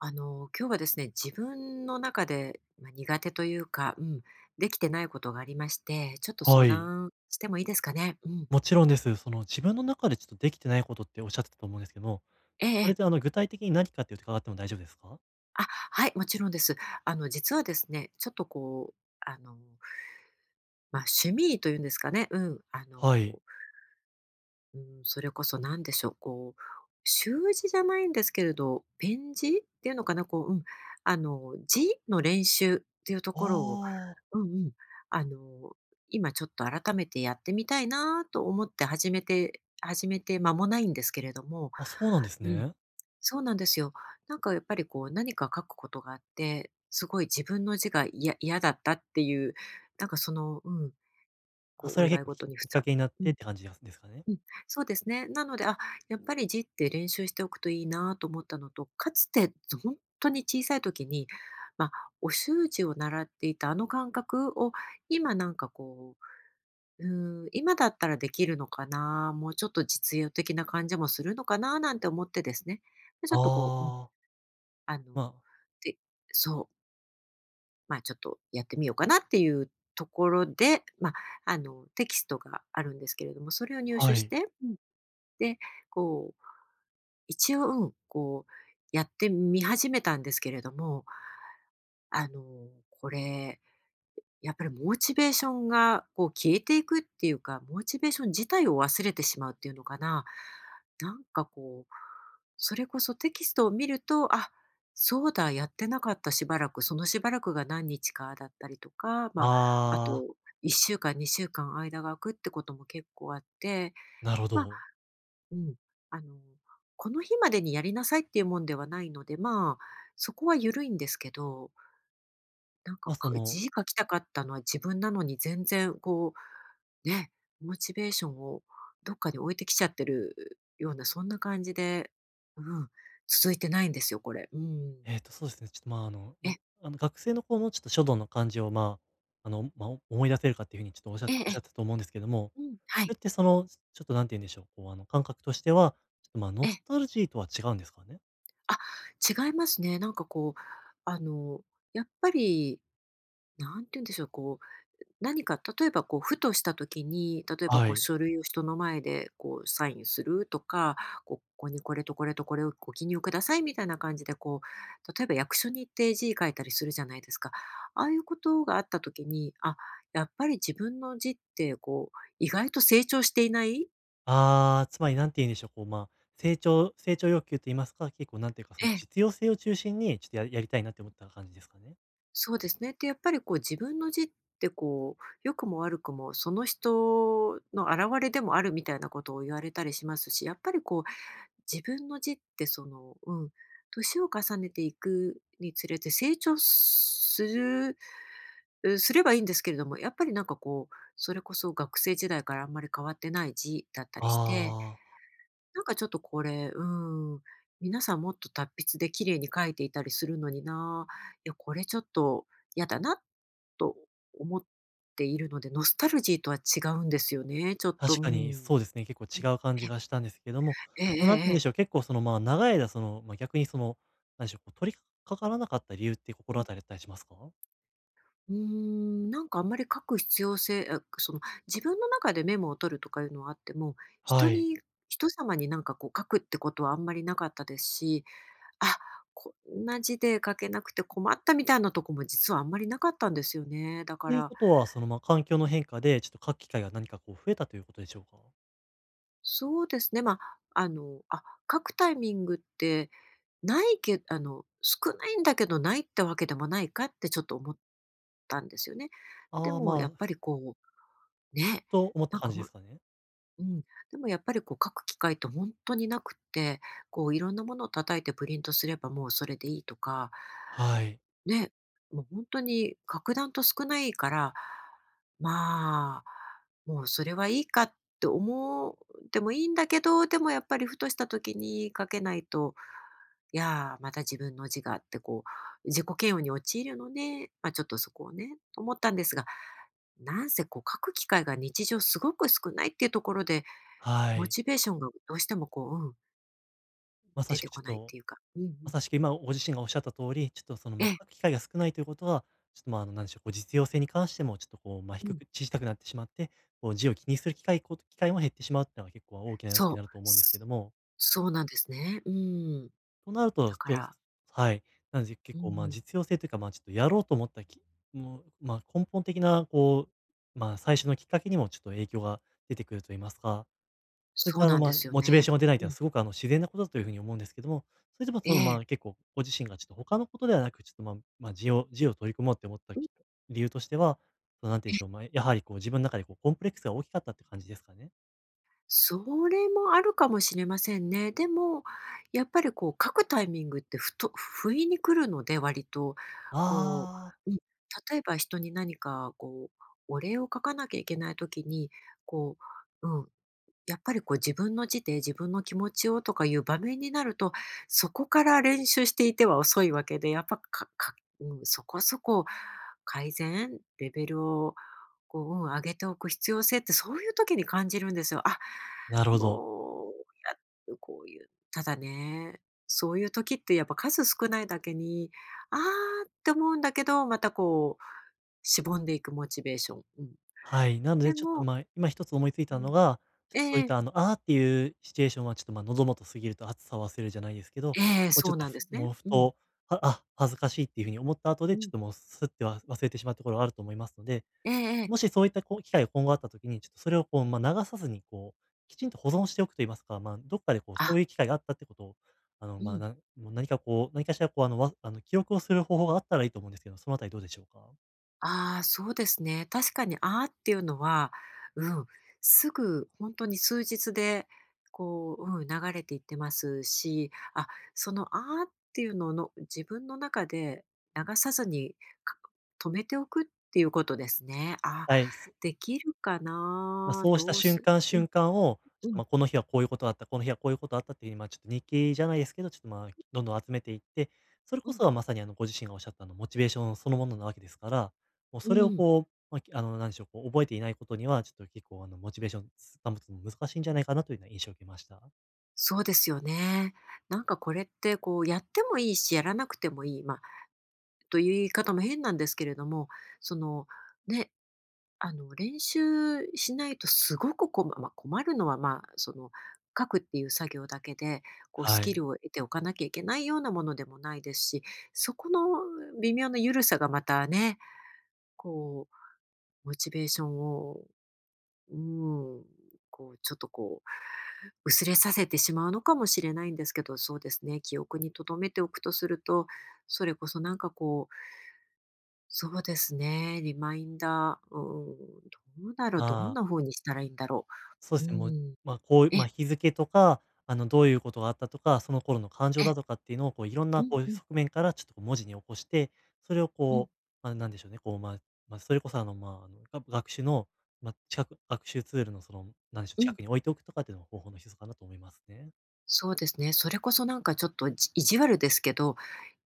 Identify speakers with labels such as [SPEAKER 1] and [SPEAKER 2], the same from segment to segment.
[SPEAKER 1] 今日はですね、自分の中で、まあ、苦手というか、うん、できてないことがありまして、ちょっと
[SPEAKER 2] は
[SPEAKER 1] 相
[SPEAKER 2] い。
[SPEAKER 1] 談してもいいですかね？うん。
[SPEAKER 2] もちろんです。その自分の中でちょっとできてないことっておっしゃってたと思うんですけども、
[SPEAKER 1] えええ
[SPEAKER 2] それっ
[SPEAKER 1] え。
[SPEAKER 2] て具体的に何かっていうと伺っても大丈夫ですか？
[SPEAKER 1] あ、はい、もちろんです。実はですね、ちょっとこう、あの、まあ、趣味というんですかね、うん、
[SPEAKER 2] はい。
[SPEAKER 1] うん、それこそ何でしょう、こう、習字じゃないんですけれど、ペン字っていうのかな、こう、うん、字の練習っていうと
[SPEAKER 2] あ
[SPEAKER 1] ころを、
[SPEAKER 2] あ。
[SPEAKER 1] うんうん、あの、今ちょっと改めてやってみたいなと思って始めて間もないんですけれども、
[SPEAKER 2] あ、そうなんです
[SPEAKER 1] うん、
[SPEAKER 2] ね。
[SPEAKER 1] そうなんですよ。なんかやっぱりこう、何か書くことがあって、すごい自分の字が嫌だったっていう、なんかその、うん、
[SPEAKER 2] あ、
[SPEAKER 1] こう
[SPEAKER 2] それ
[SPEAKER 1] お
[SPEAKER 2] は
[SPEAKER 1] 祝
[SPEAKER 2] 結
[SPEAKER 1] い
[SPEAKER 2] 構きき
[SPEAKER 1] 事に
[SPEAKER 2] っかけになっ
[SPEAKER 1] う
[SPEAKER 2] て
[SPEAKER 1] ん。
[SPEAKER 2] って感じですかね？
[SPEAKER 1] うん、そうですね。なので、あ、やっぱり字って練習しておくといいなと思ったのと、かつて本当に小さい時に、まあ、お習字を習っていたあの感覚を、今なんかこう、うん、今だったらできるのかな、もうちょっと実用的な感じもするのかななんて思ってですね。で、ちょ
[SPEAKER 2] あ
[SPEAKER 1] っとこう、うん、
[SPEAKER 2] あ、
[SPEAKER 1] あの、
[SPEAKER 2] まあ
[SPEAKER 1] でそう、ま、ちょっとやってみようかなっていうところで、まあ、テキストがあるんですけれども、それを入手
[SPEAKER 2] は
[SPEAKER 1] し
[SPEAKER 2] い。
[SPEAKER 1] て、うん、で、こう一応、うん、こう、やってみ始めたんですけれども、これ、やっぱりモチベーションがこう消えていくっていうか、モチベーション自体を忘れてしまうっていうのかな。なんかこう、それこそテキストを見ると、あ、そうだ、やってなかったしばらく、そのしばらくが何日かだったりとか、まあ、あ
[SPEAKER 2] ああ、
[SPEAKER 1] と1週間、2週間間が空くってことも結構あって、
[SPEAKER 2] なるほ
[SPEAKER 1] まあ、
[SPEAKER 2] ど。
[SPEAKER 1] うん。あの、この日までにやりなさいっていうもんではないので、まあ、そこは緩いんですけど、なんか、
[SPEAKER 2] まあ、そ
[SPEAKER 1] か
[SPEAKER 2] の、
[SPEAKER 1] 字書きたかったのは自分なのに全然こう、ね、モチベーションをどっかに置いてきちゃってるような、そんな感じで、うん、続いてないんですよ、これ。うん。
[SPEAKER 2] そうですね、ちょっと、まあ、あの、ま、
[SPEAKER 1] え、
[SPEAKER 2] あの、学生の頃のちょっと書道の感じを、思い出せるかっていうふうにちょっとおっしゃお
[SPEAKER 1] え
[SPEAKER 2] っ
[SPEAKER 1] え、
[SPEAKER 2] しゃ
[SPEAKER 1] え、
[SPEAKER 2] ってたと思うんですけども、
[SPEAKER 1] うん、は
[SPEAKER 2] それ
[SPEAKER 1] い、
[SPEAKER 2] ってその、ちょっと何て言うんでしょう、こう、感覚としては、ちょっと、まあ、ノ
[SPEAKER 1] え
[SPEAKER 2] ス
[SPEAKER 1] え。
[SPEAKER 2] タルジーとは違うんですかね？
[SPEAKER 1] あ、違いますね。なんかこう、あの、やっぱり、なんて言うんでしょう、こう、何か例えばこう、ふとした時に、例えば
[SPEAKER 2] は
[SPEAKER 1] こう
[SPEAKER 2] い。
[SPEAKER 1] 書類を人の前でこうサインするとか、こう、ここにこれとこれとこれをご記入くださいみたいな感じでこう、例えば役所に行って字書いたりするじゃないですか。ああいうことがあった時に、あ、やっぱり自分の字ってこう、意外と成長していない。
[SPEAKER 2] ああ、つまり何て言うんでしょう、こう、まあ、成長欲求と言いますか、結構何ていうか、そ
[SPEAKER 1] え
[SPEAKER 2] の、
[SPEAKER 1] え、
[SPEAKER 2] 実用性を中心に、ちょっとやりたいなって思った感じですかね？
[SPEAKER 1] そうですね。で、やっぱりこう自分の字ってこう、良くも悪くもその人の表れでもあるみたいなことを言われたりしますし、やっぱりこう自分の字ってその、うん、年を重ねていくにつれて成長するうすればいいんですけれども、やっぱりなんかこう、それこそ学生時代からあんまり変わってない字だったりして、
[SPEAKER 2] ああ。
[SPEAKER 1] なんかちょっとこれ、うん、皆さんもっと達筆で綺麗に書いていたりするのにな、いや、これちょっと嫌だなと思っているので、ノスタルジーとは違うんですよね、ちょっと、
[SPEAKER 2] 確
[SPEAKER 1] う
[SPEAKER 2] かに
[SPEAKER 1] ん。
[SPEAKER 2] そうですね、結構
[SPEAKER 1] う
[SPEAKER 2] 違う感じがしたんですけども、
[SPEAKER 1] えええ
[SPEAKER 2] 何て
[SPEAKER 1] え
[SPEAKER 2] 言うんでしょう、
[SPEAKER 1] え。
[SPEAKER 2] 結構その、まあ、長い間その、まあ、逆にその、なんでしょう、こう、取りかからなかった理由って
[SPEAKER 1] う
[SPEAKER 2] 心
[SPEAKER 1] ん。
[SPEAKER 2] 当たりだったりしますか？
[SPEAKER 1] うーん、なんかあんまり書く必要性その自分の中でメモを取るとかいうのはあっても、人
[SPEAKER 2] はい。
[SPEAKER 1] に人様になんかこう書くってことはあんまりなかったですし、あ、こんな字で書けなくて困ったみたいなとこも実はあんまりなかったんですよね。だか
[SPEAKER 2] という
[SPEAKER 1] ら、
[SPEAKER 2] ことは、その、まあ、環境の変化で、ちょっと書く機会が何かこう増えたということでしょうか？
[SPEAKER 1] そうですね、まあ、あ、書くタイミングってないけあの、少ないんだけどないってわけでもないかってちょっと思ったんですよね。で
[SPEAKER 2] ああ、
[SPEAKER 1] もや
[SPEAKER 2] ま
[SPEAKER 1] っぱ
[SPEAKER 2] あ、
[SPEAKER 1] りこう、
[SPEAKER 2] ふっ
[SPEAKER 1] ね、
[SPEAKER 2] と思った
[SPEAKER 1] なん
[SPEAKER 2] 感
[SPEAKER 1] か
[SPEAKER 2] じですかね？
[SPEAKER 1] うん、でもやっぱりこう書く機会って本当になくって、こういろんなものを叩いてプリントすればもうそれでいいとか、
[SPEAKER 2] はい、
[SPEAKER 1] ね、もう本当に格段と少ないから、まあ、もうそれはいいかって思ってもいいんだけど、でもやっぱりふとした時に書けないと、いやー、また自分の字があってこう、自己嫌悪に陥るので、ま、ちょっとそこをね、と思ったんですが、なんせこう書く機会が日常すごく少ないっていうところで、
[SPEAKER 2] は
[SPEAKER 1] モ
[SPEAKER 2] い。
[SPEAKER 1] チベーションがどうしてもこう、うん、
[SPEAKER 2] まさ
[SPEAKER 1] 出
[SPEAKER 2] し
[SPEAKER 1] て
[SPEAKER 2] くち
[SPEAKER 1] こ
[SPEAKER 2] ょっ
[SPEAKER 1] ないっ
[SPEAKER 2] と、
[SPEAKER 1] ていうか、うんう
[SPEAKER 2] ま
[SPEAKER 1] ん。
[SPEAKER 2] さしく今ご自身がおっしゃった通り、ちょっとその、
[SPEAKER 1] え
[SPEAKER 2] ま、
[SPEAKER 1] え、
[SPEAKER 2] 書く機会が少ないということは、ちょっと、ま、あの、なんでしょう、こう実用性に関してもちょっとこう、ま、
[SPEAKER 1] う
[SPEAKER 2] 低
[SPEAKER 1] ん、
[SPEAKER 2] く小さくなってしまって、こう字を気にする機会も減ってしまうっていうのは結構大きな要素に
[SPEAKER 1] そう、
[SPEAKER 2] なると思うんですけ
[SPEAKER 1] す
[SPEAKER 2] ども、
[SPEAKER 1] そうなんですね。うん。
[SPEAKER 2] となると、
[SPEAKER 1] だから、
[SPEAKER 2] はい、なので
[SPEAKER 1] う
[SPEAKER 2] 結構、ま、
[SPEAKER 1] ん、
[SPEAKER 2] 実用性というか、ま、ちょっとやろうと思ったもう、ま、根本的なま、最初のきっかけにもちょっと影響が出てくると言いますか、そういっ
[SPEAKER 1] そう
[SPEAKER 2] たあ
[SPEAKER 1] な
[SPEAKER 2] の、
[SPEAKER 1] ん
[SPEAKER 2] ま
[SPEAKER 1] で
[SPEAKER 2] あ、
[SPEAKER 1] すよ
[SPEAKER 2] モチベー
[SPEAKER 1] ね。
[SPEAKER 2] ションが出ないっ
[SPEAKER 1] う
[SPEAKER 2] ていうのは
[SPEAKER 1] ん、
[SPEAKER 2] すごくあの、自然なことだというふうに思うんですけども、それでも
[SPEAKER 1] え
[SPEAKER 2] その、ま
[SPEAKER 1] え、
[SPEAKER 2] あ、結構ご自身がちょっと他のことではなく、ちょっと、まあ、まあ、自由を取り組もうって思った
[SPEAKER 1] うん、
[SPEAKER 2] 理由としては、その、なんて言うんでしょう、
[SPEAKER 1] え、
[SPEAKER 2] まあ、やはりこう自分の中でこうコンプレックスが大きかったって感じですかね？
[SPEAKER 1] それもあるかもしれませんね。でも、やっぱりこう書くタイミングってふと不意に来るので、割と、こ
[SPEAKER 2] ああ、
[SPEAKER 1] う、うん、例えば人に何かこう、お礼を書かなきゃいけない時に、こう、うん、やっぱりこう自分の字で自分の気持ちをとかいう場面になると、そこから練習していては遅いわけで、やっぱかかうん、そこそこ改善、レベルをこう、うん、上げておく必要性ってそういう時に感じるんですよ。あ、
[SPEAKER 2] なるほど。
[SPEAKER 1] もう、こういう、ただね、そういう時ってやっぱ数少ないだけに、ああって思うんだけど、またこう、しぼんでいくモチベーション。うん。
[SPEAKER 2] はい。なの
[SPEAKER 1] で
[SPEAKER 2] でちょっと、
[SPEAKER 1] も
[SPEAKER 2] まあ、今一つ思いつい
[SPEAKER 1] う
[SPEAKER 2] たの
[SPEAKER 1] ん。
[SPEAKER 2] が、ちょっとそう
[SPEAKER 1] え
[SPEAKER 2] いっ
[SPEAKER 1] え。
[SPEAKER 2] たあの、ああっていうシチュエーションはちょっと、まあ、喉元過ぎると熱さを忘れるじゃないですけど、
[SPEAKER 1] ええ、
[SPEAKER 2] ち
[SPEAKER 1] そ
[SPEAKER 2] ょっ
[SPEAKER 1] う
[SPEAKER 2] と
[SPEAKER 1] なんで
[SPEAKER 2] ふ
[SPEAKER 1] すね。
[SPEAKER 2] もうふ
[SPEAKER 1] うん。
[SPEAKER 2] と、はあ、恥ずかしいっていうふうに思った後
[SPEAKER 1] う
[SPEAKER 2] で、ちょ
[SPEAKER 1] ん。
[SPEAKER 2] っともうすっては忘れてしまうところがあると思いますので、
[SPEAKER 1] ええええ。
[SPEAKER 2] もしそういったこう機会が今後あった時に、ちょっとそれをこう、まあ、流さずにこう、きちんと保存しておくといいますか、まあ、どっかでこう、そ
[SPEAKER 1] あ、
[SPEAKER 2] ういう機会があったってことを、あの、
[SPEAKER 1] う
[SPEAKER 2] まあ、
[SPEAKER 1] ん。
[SPEAKER 2] なもう何かこう、何かしらこう、あの、記録をする方法があったらいいと思うんですけど、そのあたりどうでしょうか？
[SPEAKER 1] ああ、そうですね。確かに、ああっていうのは、うん、すぐ本当に数日で、こう、うん、流れていってますし、あ、その、ああっていうのの自分の中で流さずに、か止めておくっていうことですね。ああ、
[SPEAKER 2] はい。
[SPEAKER 1] できるか
[SPEAKER 2] まあ、
[SPEAKER 1] な？
[SPEAKER 2] そうした
[SPEAKER 1] どう
[SPEAKER 2] 瞬
[SPEAKER 1] す
[SPEAKER 2] 間
[SPEAKER 1] うん
[SPEAKER 2] 瞬間を、ちょっ
[SPEAKER 1] う
[SPEAKER 2] と、
[SPEAKER 1] ん
[SPEAKER 2] ま、この日はこういうことあった、この日はこういうことあったっていう、ま、ちょっと日記じゃないですけど、ちょっと、ま、どんどん集めていって、それ
[SPEAKER 1] う
[SPEAKER 2] こ
[SPEAKER 1] ん
[SPEAKER 2] そはまさに、あの、ご自身がおっしゃったあの、モチベーションそのものなわけですから、もう
[SPEAKER 1] う
[SPEAKER 2] それを
[SPEAKER 1] ん。
[SPEAKER 2] こう、まあ、きあの、なんでしょう、こう覚えていないことには、ちょっと結構、あの、モチベーションつ保つの難しいんじゃないかなというような印象を受けました。
[SPEAKER 1] そうですよね。なんかこれって、こう、やってもいいし、やらなくてもいい、ま、あという言い方も変なんですけれども、その、ね、練習しないとすごくまあ困るのは、まあ、その、書くっていう作業だけで、こうス
[SPEAKER 2] は
[SPEAKER 1] キ
[SPEAKER 2] い。
[SPEAKER 1] ルを得ておかなきゃいけないようなものでもないですし、そこの微妙なゆるさがまたね、こう、モチベーションを、うん、こう、ちょっとこう、薄れさせてしまうのかもしれないんですけど、そうですね、記憶に留めておくとすると、それこそなんかこうそうですね。リマインダー、うーん、どうだろう、
[SPEAKER 2] ま
[SPEAKER 1] どん
[SPEAKER 2] あ、
[SPEAKER 1] な風にしたらいいんだろ
[SPEAKER 2] そう
[SPEAKER 1] う。
[SPEAKER 2] で
[SPEAKER 1] う
[SPEAKER 2] すね、もう、
[SPEAKER 1] ん。
[SPEAKER 2] まあ、こう、
[SPEAKER 1] え
[SPEAKER 2] まあ、
[SPEAKER 1] え、
[SPEAKER 2] 日付とか、あの、どういうことがあったとか、その頃の感情だとかっていうのを、こう、いろん
[SPEAKER 1] う
[SPEAKER 2] な、
[SPEAKER 1] ん
[SPEAKER 2] こう、
[SPEAKER 1] うん
[SPEAKER 2] 側面からちょっとこう文字に起こして、それを
[SPEAKER 1] うん、
[SPEAKER 2] こう、まあ、なんでしょうね、こう、まあ、まあ、それこそ、あの、まあ、あの、学習の、まあ、近く学習ツールのその、なんでしょう、
[SPEAKER 1] う
[SPEAKER 2] 近
[SPEAKER 1] ん。
[SPEAKER 2] くに置いておくとかっていうのも方法の一つかなと思いますね。
[SPEAKER 1] そうですね。それこそなんかちょっと意地悪ですけど、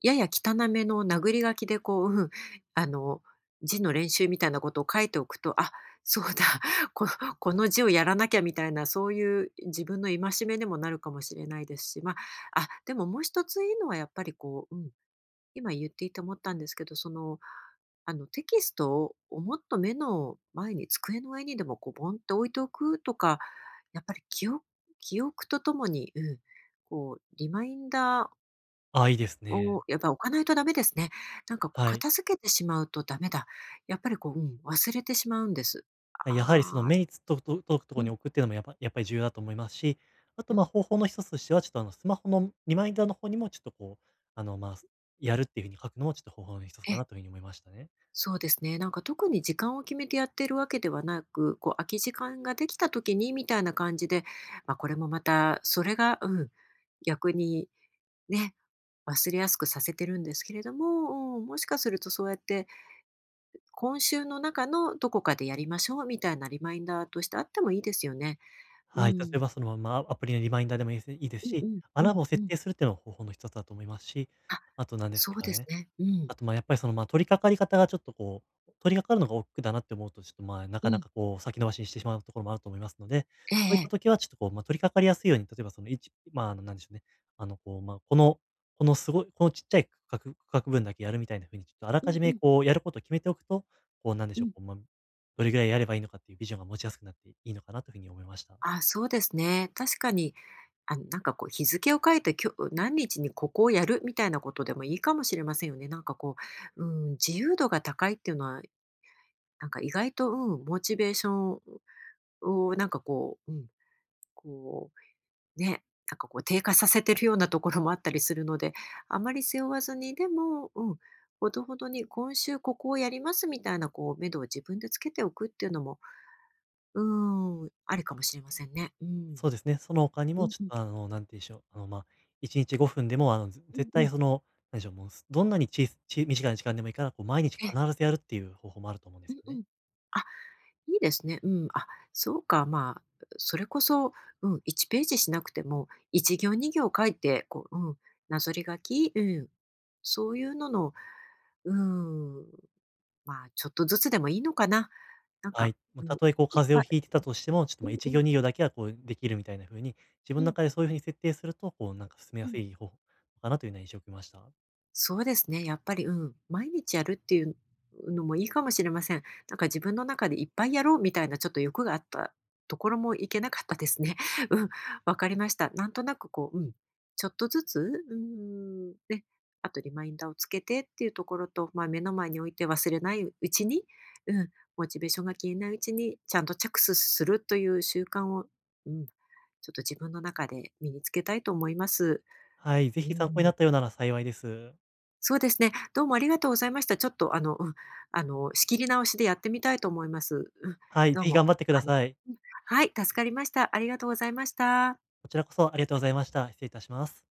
[SPEAKER 1] やや汚めの殴り書きでこう、うん、あの、字の練習みたいなことを書いておくと、あ、そうだ、ここの字をやらなきゃみたいな、そういう自分の戒めでもなるかもしれないですし、まあ、あ、でももう一ついいのはやっぱりこう、うん、今言っていて思ったんですけど、その、テキストをもっと目の前に、机の上にでもこうボンって置いておくとか、やっぱり記憶とともに、うん、こうリマインダ
[SPEAKER 2] ああ、いいです
[SPEAKER 1] ーを
[SPEAKER 2] ね。
[SPEAKER 1] やっぱ置かないとダメですね。なんかこう
[SPEAKER 2] はい。
[SPEAKER 1] 片付けてしまうとダメだ。やっぱりこう、うん、忘れてしまうんです。
[SPEAKER 2] やはりその
[SPEAKER 1] ああ、
[SPEAKER 2] 目にと届くとこ
[SPEAKER 1] う
[SPEAKER 2] ろ
[SPEAKER 1] ん、
[SPEAKER 2] に置くっていうのもやっぱり重要だと思いますし、あ
[SPEAKER 1] う
[SPEAKER 2] と、まあ
[SPEAKER 1] ん、
[SPEAKER 2] 方法の一つとしては、ちょっとあのスマホのリマインダーの方にもちょっとこう、あの、まあ、やるっていうふうに書くのもちょっと方法の一つ
[SPEAKER 1] え
[SPEAKER 2] か
[SPEAKER 1] え。
[SPEAKER 2] なというふうに思いましたね。
[SPEAKER 1] そうですね。なんか特に時間を決めてやってるわけではなく、こう空き時間ができた時にみたいな感じで、まあ、これもまたそれが、うん、逆にね、忘れやすくさせてるんですけれども、うん、もしかするとそうやって、今週の中のどこかでやりましょうみたいなリマインダーとしてあってもいいですよね。う
[SPEAKER 2] はい。例えば
[SPEAKER 1] ん。
[SPEAKER 2] そのまあアプリのリマインダーでもいいですいいで
[SPEAKER 1] う
[SPEAKER 2] す
[SPEAKER 1] んう
[SPEAKER 2] し、
[SPEAKER 1] ん
[SPEAKER 2] ア
[SPEAKER 1] う
[SPEAKER 2] ラー
[SPEAKER 1] ん
[SPEAKER 2] ムを
[SPEAKER 1] う
[SPEAKER 2] 設
[SPEAKER 1] ん。
[SPEAKER 2] 定するっていうのも方法の一つだと思いますし、
[SPEAKER 1] あ、
[SPEAKER 2] あと何です
[SPEAKER 1] そう
[SPEAKER 2] か
[SPEAKER 1] です
[SPEAKER 2] ね、
[SPEAKER 1] ね。うん。
[SPEAKER 2] あと、まあ、やっぱり、その、まあ、取り掛かり方がちょっと、こう、取り掛かるのが億劫だなって思うと、ちょっと、まあ、な
[SPEAKER 1] う
[SPEAKER 2] かな
[SPEAKER 1] ん。
[SPEAKER 2] か、こう、先延ばしにしてしまうところもあると思いますので、
[SPEAKER 1] ええ
[SPEAKER 2] そういった
[SPEAKER 1] ええ。
[SPEAKER 2] 時はちょっと、こう、まあ、取り掛かりやすいように、例えば、その、まあ、あの、なんでしょうね、あの、こう、まあ、このすごいこのちっちゃい区画分だけやるみたいな風に、ちょっとあら
[SPEAKER 1] う
[SPEAKER 2] か
[SPEAKER 1] ん
[SPEAKER 2] じ
[SPEAKER 1] う
[SPEAKER 2] め、
[SPEAKER 1] ん。
[SPEAKER 2] こう、やることを決めておくと、こう、なんで
[SPEAKER 1] う
[SPEAKER 2] しょう、
[SPEAKER 1] ん。
[SPEAKER 2] こう、まあ、どれぐらいやればいいのかっていうビジョンが持ちやすくなっていいのかなという風に思いました。
[SPEAKER 1] あ、そうですね。確かに、あなんかこう日付を書いて、今日何日にここをやるみたいなことでもいいかもしれませんよね。なんかこう、うん、自由度が高いっていうのは、なんか意外と、うん、モチベーションをなんかこう、うん、こう、ね、なんかこう低下させてるようなところもあったりするので、あまり背負わずに、でも、うん、ほどほどに今週ここをやりますみたいなこう、目処を自分でつけておくっていうのも、うん、ありかもしれませんね。うん。
[SPEAKER 2] そうですね。その他に
[SPEAKER 1] う
[SPEAKER 2] も、
[SPEAKER 1] ん
[SPEAKER 2] ちょ
[SPEAKER 1] う
[SPEAKER 2] っ
[SPEAKER 1] ん。
[SPEAKER 2] と、あの、なんて言うんでしょう、あの、まあ、1日5分でも、あの、
[SPEAKER 1] うん
[SPEAKER 2] 絶
[SPEAKER 1] う
[SPEAKER 2] 対
[SPEAKER 1] ん。
[SPEAKER 2] その、なんでしょう、もう、どんなにちいち短い時間でもいいから、こう、毎日必
[SPEAKER 1] ええ、
[SPEAKER 2] ずやるっていう方法もあると思うんで
[SPEAKER 1] う
[SPEAKER 2] すよ
[SPEAKER 1] んう
[SPEAKER 2] ね。
[SPEAKER 1] ん。あ、いいですね。うん。あ、そうか、まあ、それこそ、うん、1ページしなくても、1行2行書いて、こう、うん、なぞり書き、うん、そういうのの、うん、まあ、ちょっとずつでもいいのかな。なん
[SPEAKER 2] は
[SPEAKER 1] か、
[SPEAKER 2] い。も
[SPEAKER 1] う
[SPEAKER 2] うた
[SPEAKER 1] ん、
[SPEAKER 2] とえ、こう、
[SPEAKER 1] いっ
[SPEAKER 2] 風邪を
[SPEAKER 1] ぱい
[SPEAKER 2] ひいてたとしても、ちょっと、
[SPEAKER 1] う
[SPEAKER 2] ま、1
[SPEAKER 1] んうん、
[SPEAKER 2] 行2行だけは、こう、できるみたいな風に、自分
[SPEAKER 1] う
[SPEAKER 2] の
[SPEAKER 1] ん、
[SPEAKER 2] 中でそういう風に設定すると、こう、なんか進め
[SPEAKER 1] う
[SPEAKER 2] や
[SPEAKER 1] ん。
[SPEAKER 2] すい方法かなというような印象を受けました。
[SPEAKER 1] そうですね。やっぱり、うん、毎日やるっていうのもいいかもしれません。なんか自分の中でいっぱいやろうみたいなちょっと欲があったところもいけなかったですね。うん、わかりました。なんとなくこう、うん、ちょっとずつ、うん、ね、あとリマインダーをつけてっていうところと、まあ、目の前に置いて忘れないうちに、うん、モチベーションが消えないうちにちゃんと着手するという習慣を、うん、ちょっと自分の中で身につけたいと思います。
[SPEAKER 2] はい、ぜ
[SPEAKER 1] う
[SPEAKER 2] ひ参考に
[SPEAKER 1] ん。
[SPEAKER 2] なったようなら幸いです。
[SPEAKER 1] そうですね。どうもありがとうございました。ちょっとうん、仕切り直しでやってみたいと思います。うん、
[SPEAKER 2] はい、
[SPEAKER 1] どう
[SPEAKER 2] ぜひ
[SPEAKER 1] も。
[SPEAKER 2] 頑張ってくだ
[SPEAKER 1] あの、
[SPEAKER 2] さい。
[SPEAKER 1] うん、はい、助かりました。ありがとうございました。
[SPEAKER 2] こちらこそありがとうございました。失礼いたします。